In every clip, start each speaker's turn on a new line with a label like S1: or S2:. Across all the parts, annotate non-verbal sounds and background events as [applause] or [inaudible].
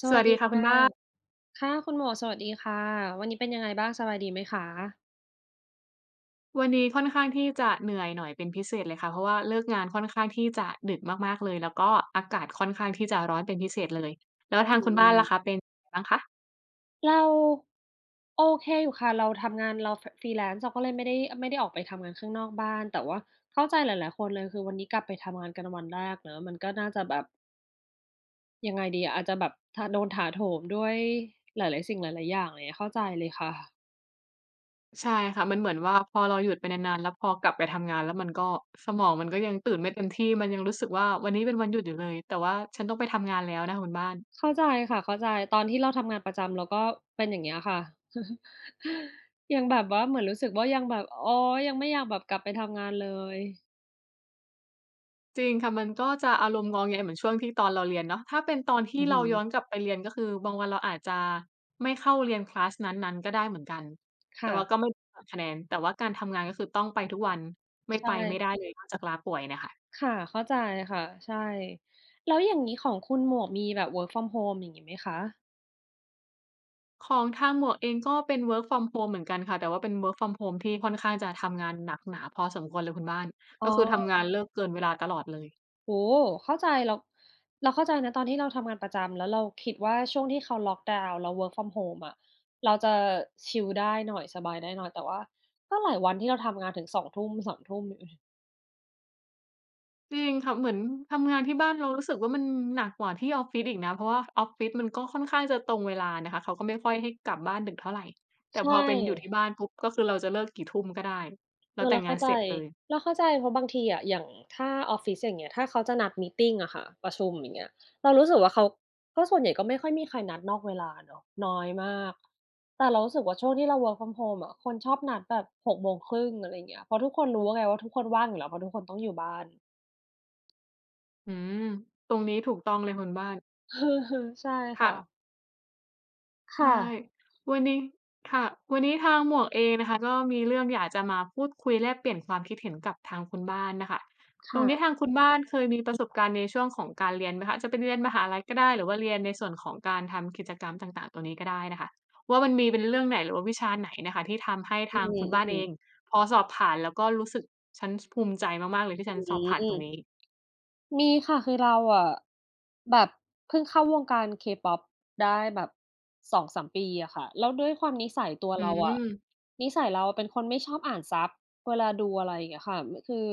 S1: ส
S2: ส
S1: วั
S2: วั
S1: ส
S2: ส
S1: ดี
S2: ดีค่ะคุณ
S1: ค่ะ
S2: บ้าน
S1: ค่ะคุณหมวกสวัสดีค่ะวันนี้เป็นยังไงบ้างสบายดีไหมคะ
S2: วันนี้ค่อนข้างที่จะเหนื่อยหน่อยเป็นพิเศษเลยค่ะเพราะว่าเลิกงานค่อนข้างที่จะดึกมากๆเลยแล้วก็อากาศค่อนข้างที่จะร้อนเป็นพิเศษเลยแล้ว
S1: อ
S2: ทางคุณ
S1: ื
S2: บ้าน
S1: ม
S2: ล่ะคะเป็นไงบ้างคะ
S1: เราโอเคอยู่ค่ะเราทำงานเรา freelance เราก็เลยไม่ได้ออกไปทำงานข้างนอกบ้านแต่ว่าเข้าใจหลายๆคนเลยคือวันนี้กลับไปทำงานกันวันแรกเนาะมันก็น่าจะแบบยังไงดีอะอาจจะแบบโดนถาโถมด้วยหลายๆสิ่งหลายๆอย่างอะไรเงี้ยเข้าใจเลยค่ะ
S2: ใช่ค่ะมันเหมือนว่าพอเราหยุดไปนานๆแล้วพอกลับไปทำงานแล้วมันก็สมองมันก็ยังตื่นไม่เต็มที่มันยังรู้สึกว่าวันนี้เป็นวันหยุดอยู่เลยแต่ว่าฉันต้องไปทำงานแล้วนะคะคุณบ้าน
S1: เข้าใจค่ะเข้าใจตอนที่เราทำงานประจำเราก็เป็นอย่างเงี้ยค่ะ [laughs] ยังแบบว่าเหมือนรู้สึกว่ายังแบบโอ๋ยังไม่อยากแบบกลับไปทำงานเลย
S2: จริงค่ะมันก็จะอารมณ์งอแงเหมือนช่วงที่ตอนเราเรียนเนาะถ้าเป็นตอนที่
S1: อือหื
S2: เรา
S1: อ
S2: ย้อนกลับไปเรียนก็คือบางวันเราอาจจะไม่เข้าเรียนคลาสนั้นๆก็ได้เหมือนกันแต่ว่าก็
S1: ค่ะ
S2: ไม่หักคะแนนแต่ว่าการทำงานก็คือต้องไปทุกวันไม่
S1: ใช
S2: ไปไม่ได้
S1: ่
S2: เลยนอกจากลาป่วยเนี่ยค่ะ
S1: ค่ะเข้าใจค่ะใช่แล้วอย่างนี้ของคุณหมวกมีแบบ work from home อย่างนี้ไหมคะ
S2: ของทางหมวกเองก็เป็น work from home เหมือนกันค่ะแต่ว่าเป็น work from home ที่ค่อนข้างจะทำงานหนักหนาพอสมควรเลยคุณบ้าน
S1: อ๋
S2: ก็คือ
S1: อ
S2: ทำงานเลิกเกินเวลาตลอดเลย
S1: โอ้โฮเข้าใจเราเราเข้าใจนะตอนที่เราทำงานประจำแล้วเราคิดว่าช่วงที่เขาล็อกดาวน์เรา work from home อะเราจะชิลได้หน่อยสบายได้หน่อยแต่ว่าก็หลายวันที่เราทำงานถึง2ุ่มสามทุ่มอยู่
S2: จริงค่ะเหมือนทำงานที่บ้านเรารู้สึกว่ามันหนักกว่าที่ออฟฟิศอีกนะเพราะว่าออฟฟิศมันก็ค่อนข้างจะตรงเวลานะคะเขาก็ไม่ค่อยให้กลับบ้านดึกเท่าไรแต่พ
S1: ใช่
S2: อเป็นอยู่ที่บ้านปุ๊บก็คือเราจะเลิกกี่ทุ่มก็ได้
S1: เอ
S2: แล้ว
S1: อ
S2: แต่
S1: เรา
S2: งา
S1: เข้า
S2: น
S1: ใจ
S2: เสร็จเลย
S1: เราเข้าใจเพราะบางทีอะอย่างถ้าออฟฟิศอย่างเงี้ยถ้าเขาจะนัดมีตติงอะค่ะประชุมอย่างเงี้ยเรารู้สึกว่าเขาก็ส่วนใหญ่ก็ไม่ค่อยมีใครนัดนอกเวลาเนาะน้อยมากแต่เรารู้สึกว่าช่วงที่เรา work from home อะคนชอบนัดแบบ18:30อะไรอย่างเงี้ยเพราะทุกคนรู้ไงว่าทุกคนว่างอยู่แล้วเพราะทุกคนต้องอยู่บ้าน
S2: อืมตรงนี้ถูกต้องเลยคุณบ้าน
S1: [laughs] ใช่
S2: ค่ะ
S1: ค่ะค่ะ
S2: ใช่วันนี้ค่ะวันนี้ทางหมวกเองนะคะก็มีเรื่องอยากจะมาพูดคุยแลกเปลี่ยนความคิดเห็นกับทางคุณบ้านน่ะค่ะตร
S1: ค่ะ
S2: งนี้ทางคุณบ้านเคยมีประสบการณ์ในช่วงของการเรียนไหมคะจะเป็นเรียนมหาลัยก็ได้หรือว่าเรียนในส่วนของการทำกิจกรรมต่างๆตัวนี้ก็ได้นะคะว่ามันมีเป็นเรื่องไหนหรือว่าวิชาไหนน่ะค่ะที่ทำให้
S1: อื
S2: ทางคุ
S1: อ
S2: ณ
S1: ๆ
S2: บ้านเองพอสอบผ่านแล้วก็รู้สึกฉันสภูมิใจมากๆเลยที่ฉันส
S1: อื
S2: อบผ่านตรงนี้
S1: ม มีค่ะคือเราอะแบบเพิ่งเข้าวงการ K-pop ได้แบบ2-3ปีอะค่ะแล้วด้วยความนิสัยตัว
S2: อื
S1: เราอะ
S2: ม
S1: นิสัยเราเป็นคนไม่ชอบอ่านซับเวลาดูอะไรอย่างเงี้ยค่ะคือ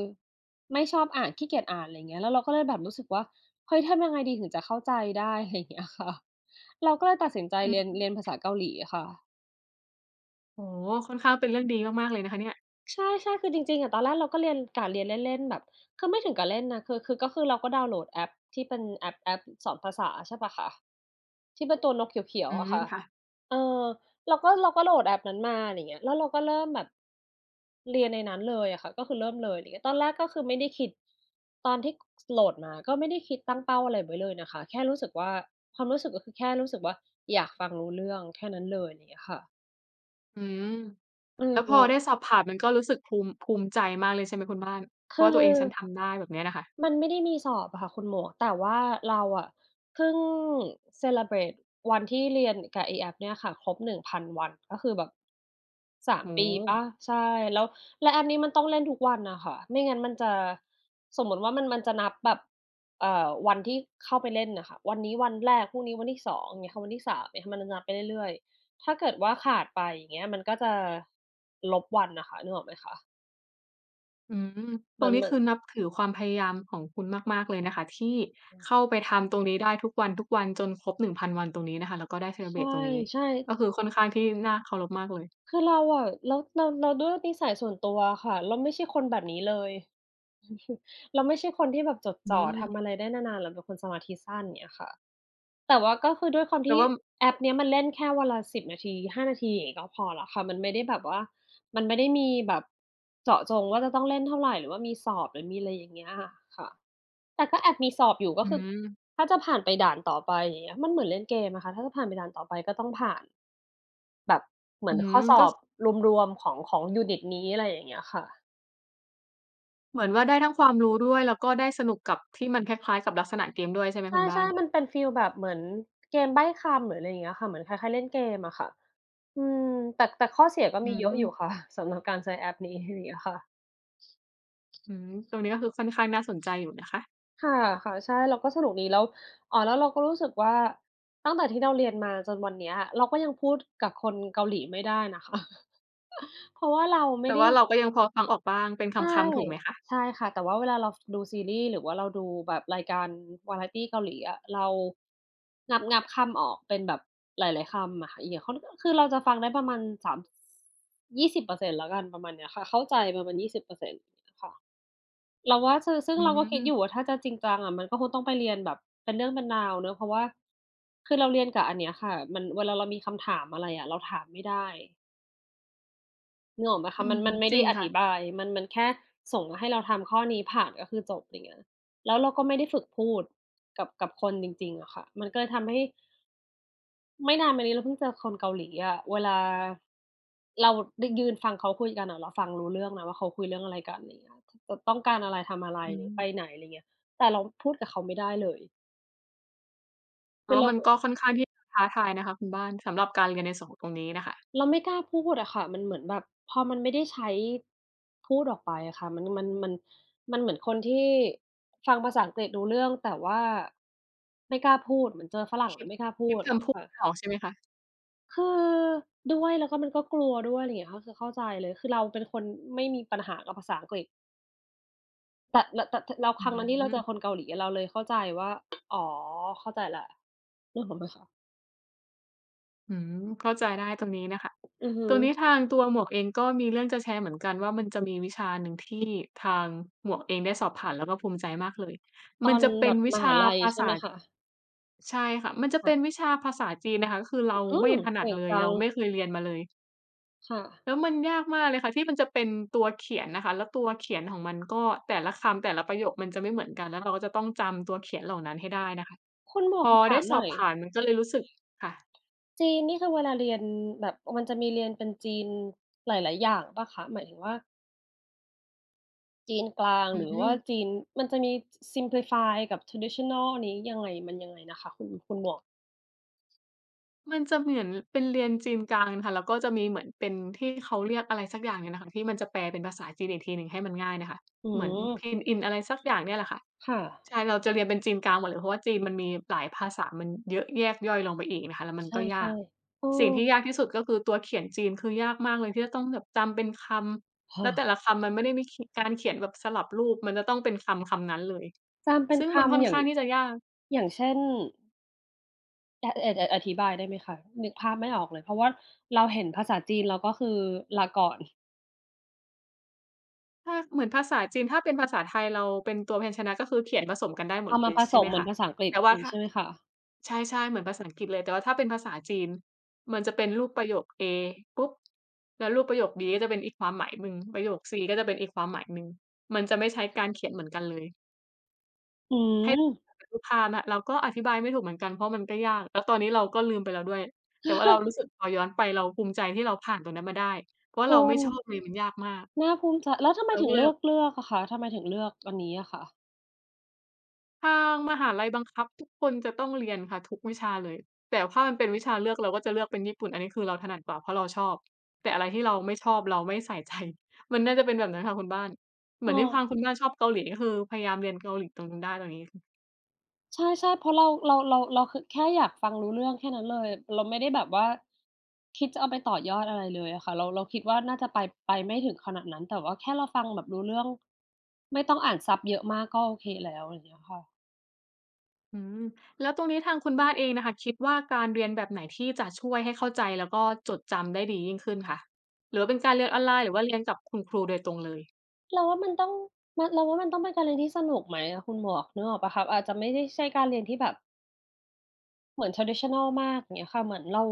S1: ไม่ชอบอ่านขี้เกียจอ่านอะไรอย่างเงี้ยแล้วเราก็เลยแบบรู้สึกว่าเฮ้ยทำยังไงดีถึงจะเข้าใจได้อะไรอย่างเงี้ยค่ะเราก็เลยตัดสินใจ
S2: อื
S1: เรี
S2: อ
S1: ยน
S2: ฮึ
S1: เรียนภาษาเกาหลีอะค่ะ
S2: โอ้โฮค่อนข้างเป็นเรื่องดีมากๆเลยนะคะเนี่ย
S1: ใช่ๆคือจริงๆอะตอนแรกเราก็เรียนเล่นๆแบบคือไม่ถึงกับเล่นนะคือเราก็ดาวน์โหลดแอปที่เป็นแอปสอนภาษาใช่เปล่าคะที่เป็นตัวนกเขียว
S2: อื
S1: ๆอะ
S2: ม
S1: ค่ะ
S2: ค่ะ
S1: เออเราก็เราก็โหลดแอปนั้นมาอะไรอย่างเงี้ยแล้วเราก็เริ่มแบบเรียนในนั้นเลยอะค่ะก็คือเริ่มเลยอะไรอย่างเงี้ยตอนแรกก็คือไม่ได้คิดตอนที่โหลดมาก็ไม่ได้คิดตั้งเป้าอะไรไว้เลยนะคะแค่รู้สึกว่าความรู้สึกก็คือแค่รู้สึกว่าอยากฟังรู้เรื่องแค่นั้นเลยอะไรอย่างเงี้ยค่ะ
S2: อืม
S1: อื
S2: แล้วพอได้
S1: ม
S2: สอบผ่านมันก็รู้สึกภูมิภูมิใจมากเลยใช่ไหมคุณบ้าน เพ
S1: คื
S2: ราะ
S1: อ
S2: ว่าตัวเองฉันทำได้แบบเนี้ยน่ะค่ะ
S1: มันไม่ได้มีสอบอะค่ะคุณหมวกแต่ว่าเราอะเพิ่ง celebrate วันที่เรียนกับไอ้แอปเนี่ยค่ะครบ1,000วันก็คือแบบ3
S2: โอ้
S1: ปีเปล่า
S2: โฮ
S1: ใช่แล้วแล้วแอปนี้มันต้องเล่นทุกวันน่ะค่ะไม่งั้นมันจะสมมุติว่ามันจะนับแบบวันที่เข้าไปเล่นน่ะค่ะวันนี้วันแรกพรุ่งนี้วันที่สองอย่างเงี้ยค่ะวันที่สามเนี่ยค่ะมันจะนับไปเรื่อยๆถ้าเกิดว่าขาดไปอย่างเงี้ยมันก็จะลบวันน่ะค่ะนึกออกไหมคะ
S2: อืม
S1: เห
S2: ตร
S1: มือ
S2: ง
S1: น
S2: นี้
S1: เหมือน
S2: คือนับถือความพยายามของคุณมากๆเลยนะคะที่เข้าไปทำตรงนี้ได้ทุกวันๆจนครบ1,000 วันตรงนี้นะคะแล้วก็ได้เซเล
S1: ใช
S2: บเรตตรงนี้
S1: ่
S2: ก็
S1: ๆ
S2: คือค่อนข้างที่น่าเคารพมากเลย
S1: คือเราอะแล้วเราด้วยนิสัยส่วนตัวอะค่ะเราไม่ใช่คนแบบนี้เลย [laughs] เราไม่ใช่คนที่แบบจด
S2: อื
S1: จ่อ
S2: ม
S1: ทำอะไรได้นานๆเราเป็นคนสมาธิสั้นอย่างเงี้ยค่ะแต่ว่าก็คือด้วยความ
S2: แต่
S1: ที่
S2: ว่า
S1: แอปเนี้ยมันเล่นแค่วันละ1บนาที5นาทีอย่างงี้ก็พอแล้วค่ะมันไม่ได้แบบว่ามันไม่ได้มีแบบเจาะจงว่าจะต้องเล่นเท่าไรหรือว่ามีสอบหรือมีอะไรอย่างเงี้ยอะค่ะแต่ก็แอบมีสอบอยู่ก็
S2: อื
S1: คือ
S2: ม
S1: ถ้าจะผ่านไปด่านต่อไปอย่างเงี้ยมันเหมือนเล่นเกมอะค่ะถ้าจะผ่านไปด่านต่อไปก็ต้องผ่าน แบบเหมื
S2: อื
S1: อนข้อ
S2: ม
S1: สอ
S2: ก็
S1: บรวมๆของของยูนิตนี้อะไรอย่างเงี้ยค่ะ
S2: เหมือนว่าได้ทั้งความรู้ด้วยแล้วก็ได้สนุกกับที่มันคล้ายๆกับลักษณะเกมด้วยใช่ไหม
S1: ใ
S2: คุณบ้า
S1: ช่
S2: น
S1: ๆมันเป็นฟีลแบบเหมือนเกมใบ้คำหรืออะไรอย่างเงี้ยค่ะเหมือนคล้ายๆเล่นเกมอะค่ะอืมแต่แต่ข้อเสียก็
S2: อื
S1: มีเยอะอ
S2: ม
S1: ยู่ค่ะ [laughs] สำหรับการใช้แอปนี้อะไรอย่างเงี้ยค่ะ
S2: อืมตรงนี้ก็คือค่อนข้างน่าสนใจอยู่นะคะ
S1: ค่ะๆใช่เราก็สนุกดีแล้วอ๋อแล้วเราก็รู้สึกว่าตั้งแต่ที่เราเรียนมาจนวันเนี้ยเราก็ยังพูดกับคนเกาหลีไม่ได้นะคะ [laughs] เพราะว่าเราไม่
S2: แต่
S1: ได้
S2: ว่าเราก็ยังพอฟังออกบ้างเป็น
S1: ใช่
S2: คำๆถูกไหมคะ
S1: ใช่ค่ะแต่ว่าเวลาเราดูซีรีส์หรือว่าเราดูแบบรายการวาไรตีเกาหลีอะเรางับคำออกเป็นแบบหลายๆคำอะค่ะอย่างค่อนคือเราจะฟังได้ประมาณสามยี่สิบเปอร์เซ็น20%แล้วกันประมาณเนี้ยค่ะเข้าใจประมาณ20%ค่ะเราว่าซึ่ง
S2: อื
S1: เราก็คิดอ
S2: ม
S1: ยู่ว่าถ้าจะจริงจังอะมันก็คงต้องไปเรียนแบบเป็นเรื่องเป็นราวเนาะเพราะว่าคือเราเรียนกับอันเนี้ยค่ะมันเวลาเรามีคำถามอะไรอะเราถามไม่ได้ นึกออกไหม
S2: อื
S1: คะมัน
S2: ม
S1: มันไม่
S2: จ
S1: ได้
S2: ริง
S1: อ
S2: ค่ะ
S1: ธิบายมันแค่ส่งมาให้เราทำข้อนี้ผ่านก็คือจบไรเงี้ยแล้วเราก็ไม่ได้ฝึกพูดกับคนจริงๆอะค่ะมันก็เลยทำให้ไม่นานมานี้เราเพิ่งเจอคนเกาหลีอะเวลาเราได้ยืนฟังเขาคุยกันอะเราฟังรู้เรื่องนะว่าเขาคุยเรื่องอะไรกันไรเงี้ยต้องการอะไรทำอะไร
S2: อื
S1: หรือไปไหน
S2: ม
S1: ไรเงี้ยแต่เราพูดกับเขาไม่ได้เลยคื
S2: แต่
S1: อ
S2: ว่า
S1: เรา
S2: มันก็ค่อนข้างที่จะท้าทายนะคะคุณบ้านสำหรับการเรียนในส่องตรงนี้น่ะค่ะ
S1: เราไม่กล้าพูดอะค่ะมันเหมือนแบบพอมันไม่ได้ใช้พูดออกไปอะค่ะมันมันเหมือนคนที่ฟังภาษาอังกฤษรู้เรื่องแต่ว่าไม่กล้าพูดเหมือนเจอฝรั่ง
S2: คลิ
S1: แล้ว
S2: ป
S1: ไม่กล้า
S2: ค
S1: พู
S2: ลิป
S1: ดอย่างเงี้
S2: คำ
S1: ย
S2: พูด
S1: ค่ะ
S2: ไม่ออกใช่ไหมคะ
S1: คือด้วยแล้วก็มันก็กลัวด้วยอะไรอย่างเงี้ยก็คือเข้าใจเลยคือเราเป็นคนไม่มีปัญหากับภาษาอังกฤษแต่แล้ว
S2: อื
S1: ครั้งนั้นที่เราเจอคน
S2: ม
S1: เกาหลีอะเราเลยเข้าใจว่าอ๋อเข้าใจแล้วนึกออกไหมคะ
S2: อืมเข้าใจได้ตรงนี้น่ะค่ะ
S1: อือฮึ
S2: ตรงนี้ทางตัวหมวกเองก็มีเรื่องจะแชร์เหมือนกันว่ามันจะมีวิชาหนึ่งที่ทางหมวกเองได้สอบผ่านแล้วก็ภูมิใจมากเลย
S1: ต
S2: มั
S1: อ
S2: น
S1: น
S2: จะ
S1: แบ
S2: เป็น
S1: บ
S2: วิ
S1: มหา
S2: ชา
S1: ลัย
S2: ภา
S1: ใช่ไหม
S2: ษา
S1: คะ
S2: ใช่ค่ะมันจะเป็น
S1: ค่ะ
S2: วิชาภาษาจีนนะคะก็คือเรา
S1: อื
S2: ไม่
S1: ม
S2: ถนัด
S1: เก่ง
S2: เลย
S1: จัง
S2: เราไม่เคยเรียนมาเลย
S1: ค่ะ
S2: แล้วมันยากมากเลยค่ะที่มันจะเป็นตัวเขียนนะคะแล้วตัวเขียนของมันก็แต่ละคำแต่ละประโยคมันจะไม่เหมือนกันแล้วเราก็จะต้องจำตัวเขียนเหล่านั้นให้ได้นะคะ
S1: คุณหมว
S2: พ
S1: กข
S2: อ
S1: อถา
S2: ได้
S1: ม
S2: ส
S1: ห
S2: อ
S1: น่
S2: บ
S1: อย
S2: ผ่านมันก็เลยรู้สึกค่ะ
S1: จีนนี่คือเวลาเรียนแบบมันจะมีเรียนเป็นจีนหลายๆอย่างเปล่าคะหมายถึงว่าจีนกลาง
S2: อื
S1: หรือว่า
S2: ม
S1: จีนมันจะมี simplify กับ traditional นี้ยังไงมันยังไงนะคะคุณหมวก
S2: มันจะเหมือนเป็นเรียนจีนกลางค่ะแล้วก็จะมีเหมือนเป็นที่เขาเรียกอะไรสักอย่างเนี่ยน่ะค่ะที่มันจะแปลเป็นภาษาจีนอีกทีหนึ่งให้มันง่ายน่ะค่ะ
S1: อื
S2: เหมือน
S1: ม
S2: Pinyin อะไรสักอย่างเนี่ยแหละค่ะ
S1: ค่ะ
S2: ใช่เราจะเรียนเป็นจีนกลางหมดเลยเพราะว่าจีนมันมีหลายภาษามันเยอะแยกย่อยลงไปอีกนะคะแล้วมัน
S1: ใช่
S2: ก็ยาก
S1: ๆเออ
S2: สิ่งที่ยากที่สุดก็คือตัวเขียนจีนคือยากมากเลยที่จะต้องแบบจำเป็นคำ แล้
S1: ค่ะ
S2: วแต่ละคำมันไม่ได้มีขการเขียนแบบสลับรูปมันจะต้องเป็นคำนั้นเลย
S1: จำเป็น
S2: ซึ่งมันค่
S1: คำ
S2: อน
S1: อย่าง
S2: ข้างที่จะยาก
S1: อย่างเช่นออธิบายได้ไหมคะนึกภาพไม่ออกเลยเพราะว่าเราเห็นภาษาจีนเราก็คือลาก่อน
S2: ถ้าเหมือนภาษาจีนถ้าเป็นภาษาไทยเราเป็นตัวพยัญชนะก็คือเขียนผสมกันได้หมด
S1: เอามา
S2: เลย
S1: ผส
S2: ใช่ไห
S1: ม
S2: ม
S1: เหมือน
S2: คะ
S1: ภาษาอังกฤษ
S2: แต่ว่า
S1: งี้
S2: ถ้า
S1: ใช่ไหมคะ
S2: ใช่ๆเหมือนภาษาอังกฤษเลยแต่ว่าถ้าเป็นภาษาจีนมันจะเป็นรูปประโยค A ปุ๊บแล้วรูปประโยค B ก็จะเป็นอีกความหมายหนึ่งประโยค C ก็จะเป็นอีกความหมายหนึ่งมันจะไม่ใช้การเขียนเหมือนกันเลย
S1: อื
S2: ให้
S1: ม
S2: [unintelligible] เป็นรูปภาพนะเราก็อธิบายไม่ถูกเหมือนกันเพราะมันก็ยากแล้วตอนนี้เราก็ลืมไปแล้วด้วยแต่ว่าเรารู้สึกพอย้อนไปเราภูมิใจที่เราผ่านตรงนั้นมาได้เพราะว่าเรา
S1: คุ
S2: ไม่
S1: ณ
S2: ชอบเลยมันยากมาก
S1: น่าภูมิใจแล้วทำไม
S2: เรา
S1: ถึ
S2: ก็
S1: ง
S2: เลย
S1: เลือกอะคะทำไมถึงเลือกอันนี้อะคะ
S2: ทางมหาลัยบังคับทุกคนจะต้องเรียนค่ะทุกวิชาเลยแต่ถ้ามันเป็นวิชาเลือกเราก็จะเลือกเป็นญี่ปุ่นอันนี้คือเราถนัดกว่าเพราะเราชอบแต่อะไรที่เราไม่ชอบเราไม่ใส่ใจ [laughs] มันน่าจะเป็นแบบนั้นค่ะคุณบ้านเห
S1: เออ
S2: มือนที่ทางคุณบ้านชอบเกาหลีก็คือพยายามเรียนเกาหลีตรงนั้นได้ตรงนี้
S1: ใช่เพราะเราคือแค่อยากฟังรู้เรื่องแค่นั้นเลยเราไม่ได้แบบว่าคิดจะเอาไปต่อยอดอะไรเลยอะค่ะเราคิดว่าน่าจะไปไม่ถึงขนาดนั้นแต่ว่าแค่เราฟังแบบรู้เรื่องไม่ต้องอ่านซับเยอะมากก็โอเคแล้วอย่างเงี้ยค่ะ
S2: อืมแล้วตรงนี้ทางคุณบ้านเองน่ะค่ะคิดว่าการเรียนแบบไหนที่จะช่วยให้เข้าใจแล้วก็จดจำได้ดียิ่งขึ้นคะหรือว่าเป็นการเรียนออนไลน์หรือว่าเรียนกับคุณครูโดยตรงเลย
S1: เราว่ามันต้องเราว่ามันต้องเป็นการเรียนที่สนุกไหมอะคุณหมวกนึกออกเปล่าคะอาจจะไม่ได้ใช่การเรียนที่แบบเหมือน traditional มากอย่างเงี้ยค่ะเหมือนเรา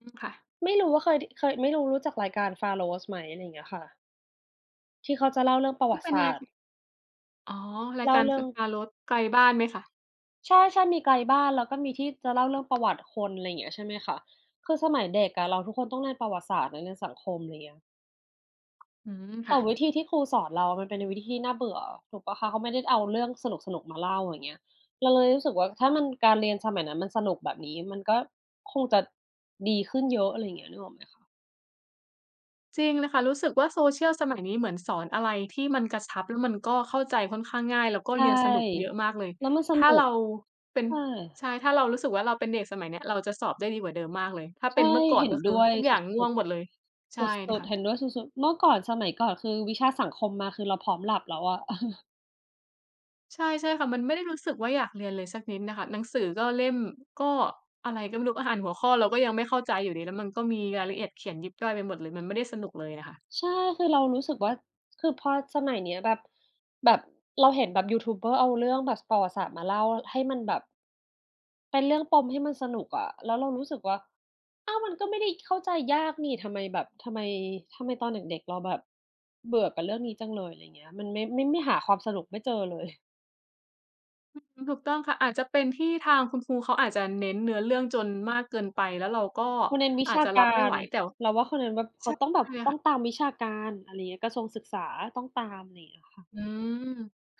S2: อืมค่ะ
S1: ไม่รู้ว่าเคยเคยไม่รู้รู้จักรายการ Pharos ไหมอะไรอย่างเงี้ยค่ะที่เขาจะเล่าเรื่องประวั
S2: ที่
S1: ติ
S2: เป็น
S1: ศา
S2: ราย
S1: สตร์
S2: อ๋อราย
S1: เล่า
S2: การ
S1: เรื่
S2: ก
S1: อง
S2: การรสไกลบ้านไหมคะ
S1: ใช่มีไกลบ้านแล้วก็มีที่จะเล่าเรื่องประวัติคนอะไรอย่างเงี้ยใช่ไหมคะคือสมัยเด็กอะเราทุกคนต้องเรียนประวัติศาสตร์และเรียนสังคมอะไรอย่างเงี้ย
S2: อืม
S1: แต่
S2: ค่ะ
S1: วิธีที่ครูสอนเราอะมันเป็นวิธีที่น่าเบื่อถูกเปล่าคะเขาไม่ได้เอาเรื่องสนุกๆมาเล่าอย่างเงี้ยเราเลยรู้สึกว่าถ้ามันการเรียนสมัยนั้นมันสนุกแบบนี้มันก็คงจะดีขึ้นเยอะอะไรอย่างเงี้ยนึกออกไหมคะ
S2: จริงเลยค่ะรู้สึกว่า Social สมัยนี้เหมือนสอนอะไรที่มันกระชับแล้วมันก็เข้าใจค่อนข้างง่ายแล้วก็
S1: ใช
S2: เรียนสนุกเยอะ
S1: ่
S2: มากเลย
S1: แล้วมันส
S2: ถ้า
S1: นุก
S2: เราเป็น
S1: ใช่
S2: ใช่ถ้าเรารู้สึกว่าเราเป็นเด็กสมัยเนี้ยเราจะสอบได้ดีกว่าเดิมมากเลยถ้าเป็น
S1: ใช่
S2: เมื่อก่อน
S1: เห็น
S2: ก็คือ
S1: ด้วย
S2: ทุกอ
S1: ส
S2: ย่าง
S1: ุ
S2: ง่ว
S1: ด
S2: งหมดเลย
S1: ๆส
S2: ใช่
S1: ุด
S2: ค่ะ
S1: ๆเห็นด้วยสุดๆเมื่อก่อนสมัยก่อนคือวิชาสังคมมาคือเราพร้อมหลับแล้วอะ [laughs]
S2: ใช่ใช่ค่ะมันไม่ได้รู้สึกว่าอยากเรียนเลยสักนิดน่ะค่ะหนังสือก็เล่มก็อะไรก็ไม่รู้อ่านหัวข้อเราก็ยังไม่เข้าใจอยู่ดีแล้วมันก็มีรายละเอียดเขียนยิบย่อยไปหมดเลยมันไม่ได้สนุกเลยอะค่ะ
S1: ใช่คือเรารู้สึกว่าคือพอสมัยเนี้ยแบบเราเห็นแบบยูทูบเบอร์เอาเรื่องแบบประวัติศาสตร์มาเล่าให้มันแบบเป็นเรื่องปมให้มันสนุกอะแล้วเรารู้สึกว่าอ้าวมันก็ไม่ได้เข้าใจยากนี่ทำไมแบบทำไมตอนเด็กๆเราแบบเบื่อกับเรื่องนี้จังเลยอะไรเงี้ยมันไม่หาความสนุกไม่เจอเลย
S2: อืมถูกต้องค่ะอาจจะเป็นที่ทางคุณครูเขาอาจจะเน้นเนื้อเรื่องจนมากเกินไปแล้วเราก็
S1: เขาเน้นวิ
S2: อาจ
S1: ชา
S2: จะรับ
S1: กา
S2: ไม่
S1: ร
S2: ไหวแต่
S1: เราว่าเขาเน้นแบบเขา
S2: ใช่
S1: ต้องแบ
S2: ค
S1: บต้องตา
S2: ่ะ
S1: มวิชาการอะไรเงี้ยกระทรวงศึกษาต้องตามอะไรอย่างเงี้ยค่ะ
S2: อืม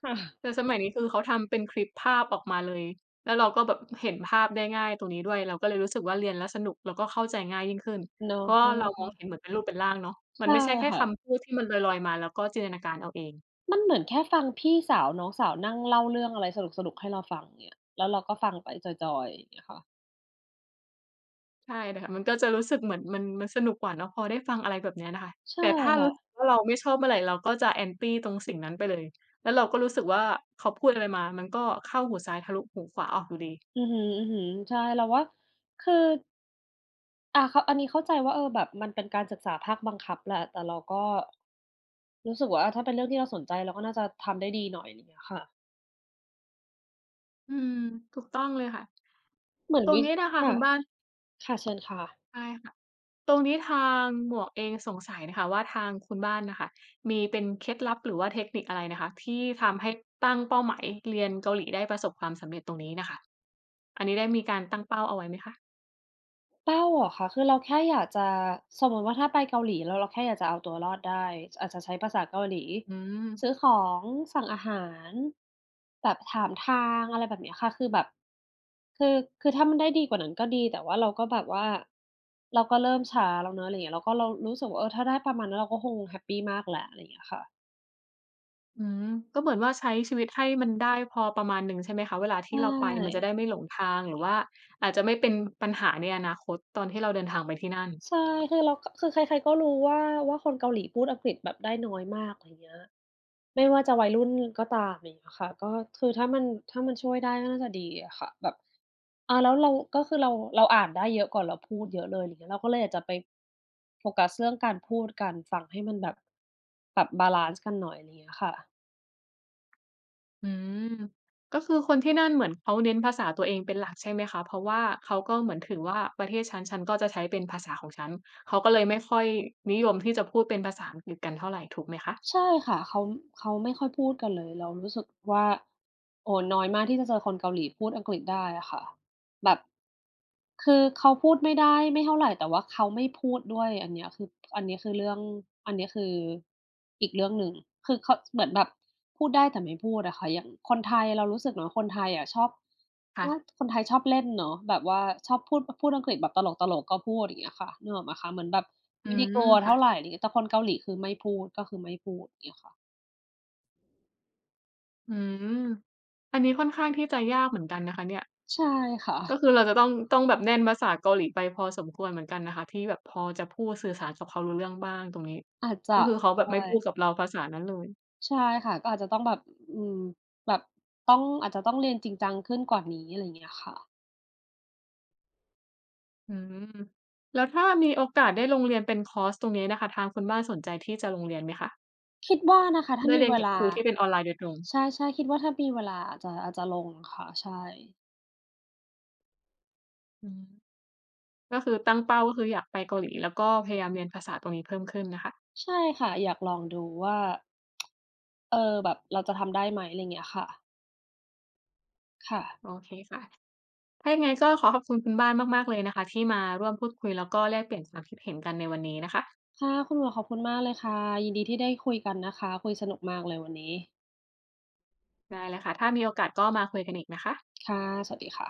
S1: ค่ะ
S2: แต่สมัยนี้คือเขาทำเป็นคลิปภาพออกมาเลยแล้วเราก็แบบเห็นภาพได้ง่ายตรงนี้ด้วยเราก็เลยรู้สึกว่าเรียนแล้วสนุกแล้วก็เข้าใจง่ายยิ่งขึ้นเพ
S1: เนาะ
S2: ราะว่า
S1: ใช่
S2: เรามอ
S1: ค่ะ
S2: งเห็นเหมือนเป็นรูปเป็นร่างเนาะมัน
S1: ใช่
S2: ไม่ใช่แค่
S1: ค่ะ
S2: คำพูดที่มันลอยๆมาแล้วก็จินตนาการเอาเอง
S1: มันเหมือนแค่ฟังพี่สาวน้องสาวนั่งเล่าเรื่องอะไรสนุกๆให้เราฟังเงี้ยแล้วเราก็ฟังไปจอยๆอย่างเงี้ยค่ะ
S2: ใช่น่ะค่ะมันก็จะรู้สึกเหมือนมันสนุกกว่าเนาะพอได้ฟังอะไรแบบเนี้ยน่ะค่ะ
S1: ใช่
S2: แต่ถ้า
S1: ค่ะ
S2: รู้สึกว่าเราไม่ชอบเมื่อไรเราก็จะ anti ตรงสิ่งนั้นไปเลยแล้วเราก็รู้สึกว่าเขาพูดอะไรมามันก็เข้าหูซ้ายทะลุหูขวาออกอยู่ดี
S1: อือฮึๆใช่เราว่าคืออ่าเขาอันนี้เข้าใจว่าเออแบบมันเป็นการศึกษาภาคบังคับแหละแต่เราก็รู้สึกว่าอาถ้าเป็นเรื่องที่เราสนใจเราก็น่าจะทำได้ดีหน่อยอะไรอย่างเงี้ยค่ะ
S2: อืมถูกต้องเลยค่ะ
S1: เหมือน
S2: ตรง
S1: วิ
S2: นี้น่ะค่ะ
S1: ค่ะ
S2: คุณบ้าน
S1: ค่ะเชิญค่ะ
S2: ใช่ค่ะตรงนี้ทางหมวกเองสงสัยน่ะค่ะว่าทางคุณบ้านน่ะค่ะมีเป็นเคล็ดลับหรือว่าเทคนิคอะไรน่ะค่ะที่ทำให้ตั้งเป้าหมายเรียนเกาหลีได้ประสบความสำเร็จตรงนี้น่ะค่ะอันนี้ได้มีการตั้งเป้าเอาไว้ไหมคะ
S1: เป้าเหรอคะคือเราแค่อยากจะสมมุติว่าถ้าไปเกาหลีแล้วเราแค่อยากจะเอาตัวรอดได้อาจจะใช้ภาษาเกาหลี
S2: อืม
S1: ซื้อของสั่งอาหารแบบถามทางอะไรแบบเนี้ยค่ะคือแบบคือคือถ้ามันได้ดีกว่านั้นก็ดีแต่ว่าเราก็แบบว่าเราก็เริ่มช้าแล้วเนาะอะไรอย่างเงี้ยแล้วก็เรารู้สึกว่าเออถ้าได้ประมาณนั้นเราก็คงแฮปปีมากแล้วอะไรอย่างเงี้ยค่ะ
S2: อืมก็เหมือนว่าใช้ชีวิตให้มันได้พอประมาณหนึ่งใช่ไหมคะเวลาที่
S1: ใช่
S2: เราไปมันจะได้ไม่หลงทางหรือว่าอาจจะไม่เป็นปัญหาในอนาคตตอนที่เราเดินทางไปที่นั่น
S1: ใช่คือเราคือใครๆก็รู้ว่าคนเกาหลีพูดอังกฤษแบบได้น้อยมากอะไรเงี้ยไม่ว่าจะวัยรุ่นก็ตามอย่างเงี้ยค่ะก็คือถ้ามันช่วยได้ก็น่าจะดีอะค่ะแบบอาแล้วเราก็คือเราอ่านได้เยอะกว่าเราพูดเยอะเลยไรเงี้ยเราก็เลยอยากจะไปโฟกัสเรื่องการพูดการฟังให้มันแบบแบบบาลันซ์กันหน่อยไรเงี้ยค่ะ
S2: อืมก็คือคนที่นั่นเหมือนเขาเน้นภาษาตัวเองเป็นหลักใช่ไหมคะเพราะว่าเขาก็เหมือนถือว่าประเทศฉันฉันก็จะใช้เป็นภาษาของฉันเขาก็เลยไม่ค่อยนิยมที่จะพูดเป็นภาษาอังกฤษกันเท่าไรถูกไหมคะ
S1: ใช่ค่ะเขาเขาไม่ค่อยพูดกันเลยเรารู้สึกว่าโอ้น้อยมากที่จะเจอคนเกาหลีพูดอังกฤษได้อะค่ะ แบบคือเขาพูดไม่ได้ไม่เท่าไรแต่ว่าเขาไม่พูดด้วยอันเนี้ยคืออันนี้คือเรื่องอันนี้คืออีกเรื่องหนึ่งคือเขาเหมือนแบบพูดได้แต่ไม่พูดอะค่ะอย่างคนไทยเรารู้สึกเนาะคนไทยอะชอบว่า
S2: ค่ะ
S1: คนไทยชอบเล่นเนาะแบบว่าชอบพูดอังกฤษแบบตลกๆก็พูดอย่างเงี้ยค่ะนึกออกไหมคะเหมือนแบบ
S2: อื
S1: ไม่ได้กลั
S2: ม
S1: วเท่า
S2: ค่ะ
S1: ไรอะไรเงงี้ยแต่คนเกาหลีคือไม่พูดก็คือไม่พูดอย่างเงี้ยค่ะ
S2: อืมอันนี้ค่อนข้างที่จะยากเหมือนกันนะคะเนี่ย
S1: ใช่ค่ะ
S2: ก็คือเราจะต้องแบบแน่นภาษาเกาหลีไปพอสมควรเหมือนกันนะคะที่แบบพอจะพูดสื่อสารกับเขารู้เรื่องบ้างตรงนี้
S1: อาจจะ
S2: ก็คือเขาแบบ
S1: ใช่
S2: ไม่พูดกับเราภาษานั้นเลย
S1: ใช่ค่ะก็อาจจะต้องแบบอืมแบบต้องอาจจะต้องเรียนจริงจังขึ้นกว่านี้อะไรอย่างเงี้ยค่ะ
S2: อืมแล้วถ้ามีโอกาสได้ลงเรียนเป็นคอร์สตรงนี้นะคะทางคุณบ้านสนใจที่จะลงเรียนไหมคะ
S1: คิดว่านะคะถ้า
S2: ได้
S1: มี
S2: เรียน
S1: เว
S2: กับ
S1: ลา
S2: ครูที่เป็นออนไลน์โดยตรง
S1: ใช่ๆคิดว่าถ้ามีเวลาอาจจะลงค่ะใช่
S2: อืมก็คือตั้งเป้าก็คืออยากไปเกาหลีแล้วก็พยายามเรียนภาษาตรงนี้เพิ่มขึ้นนะคะ
S1: ใช่ค่ะอยากลองดูว่าเออแบบเราจะทำได้ไหมอะไรอย่างเงี้ยค่ะค่ะ
S2: โอเคค่ะถ้ายังไงก็ขอขอบคุณคุณบ้านมากๆเลยนะคะที่มาร่วมพูดคุยแล้วก็แลกเปลี่ยนความคิดเห็นกันในวันนี้นะคะ
S1: ค่ะคุณหมวกขอบคุณมากเลยค่ะยินดีที่ได้คุยกันนะคะคุยสนุกมากเลยวันนี้
S2: ได้เลยค่ะ ถ้ามีโอกาสก็มาคุยกันอีกนะคะ
S1: ค่ะสวัสดีค่ะ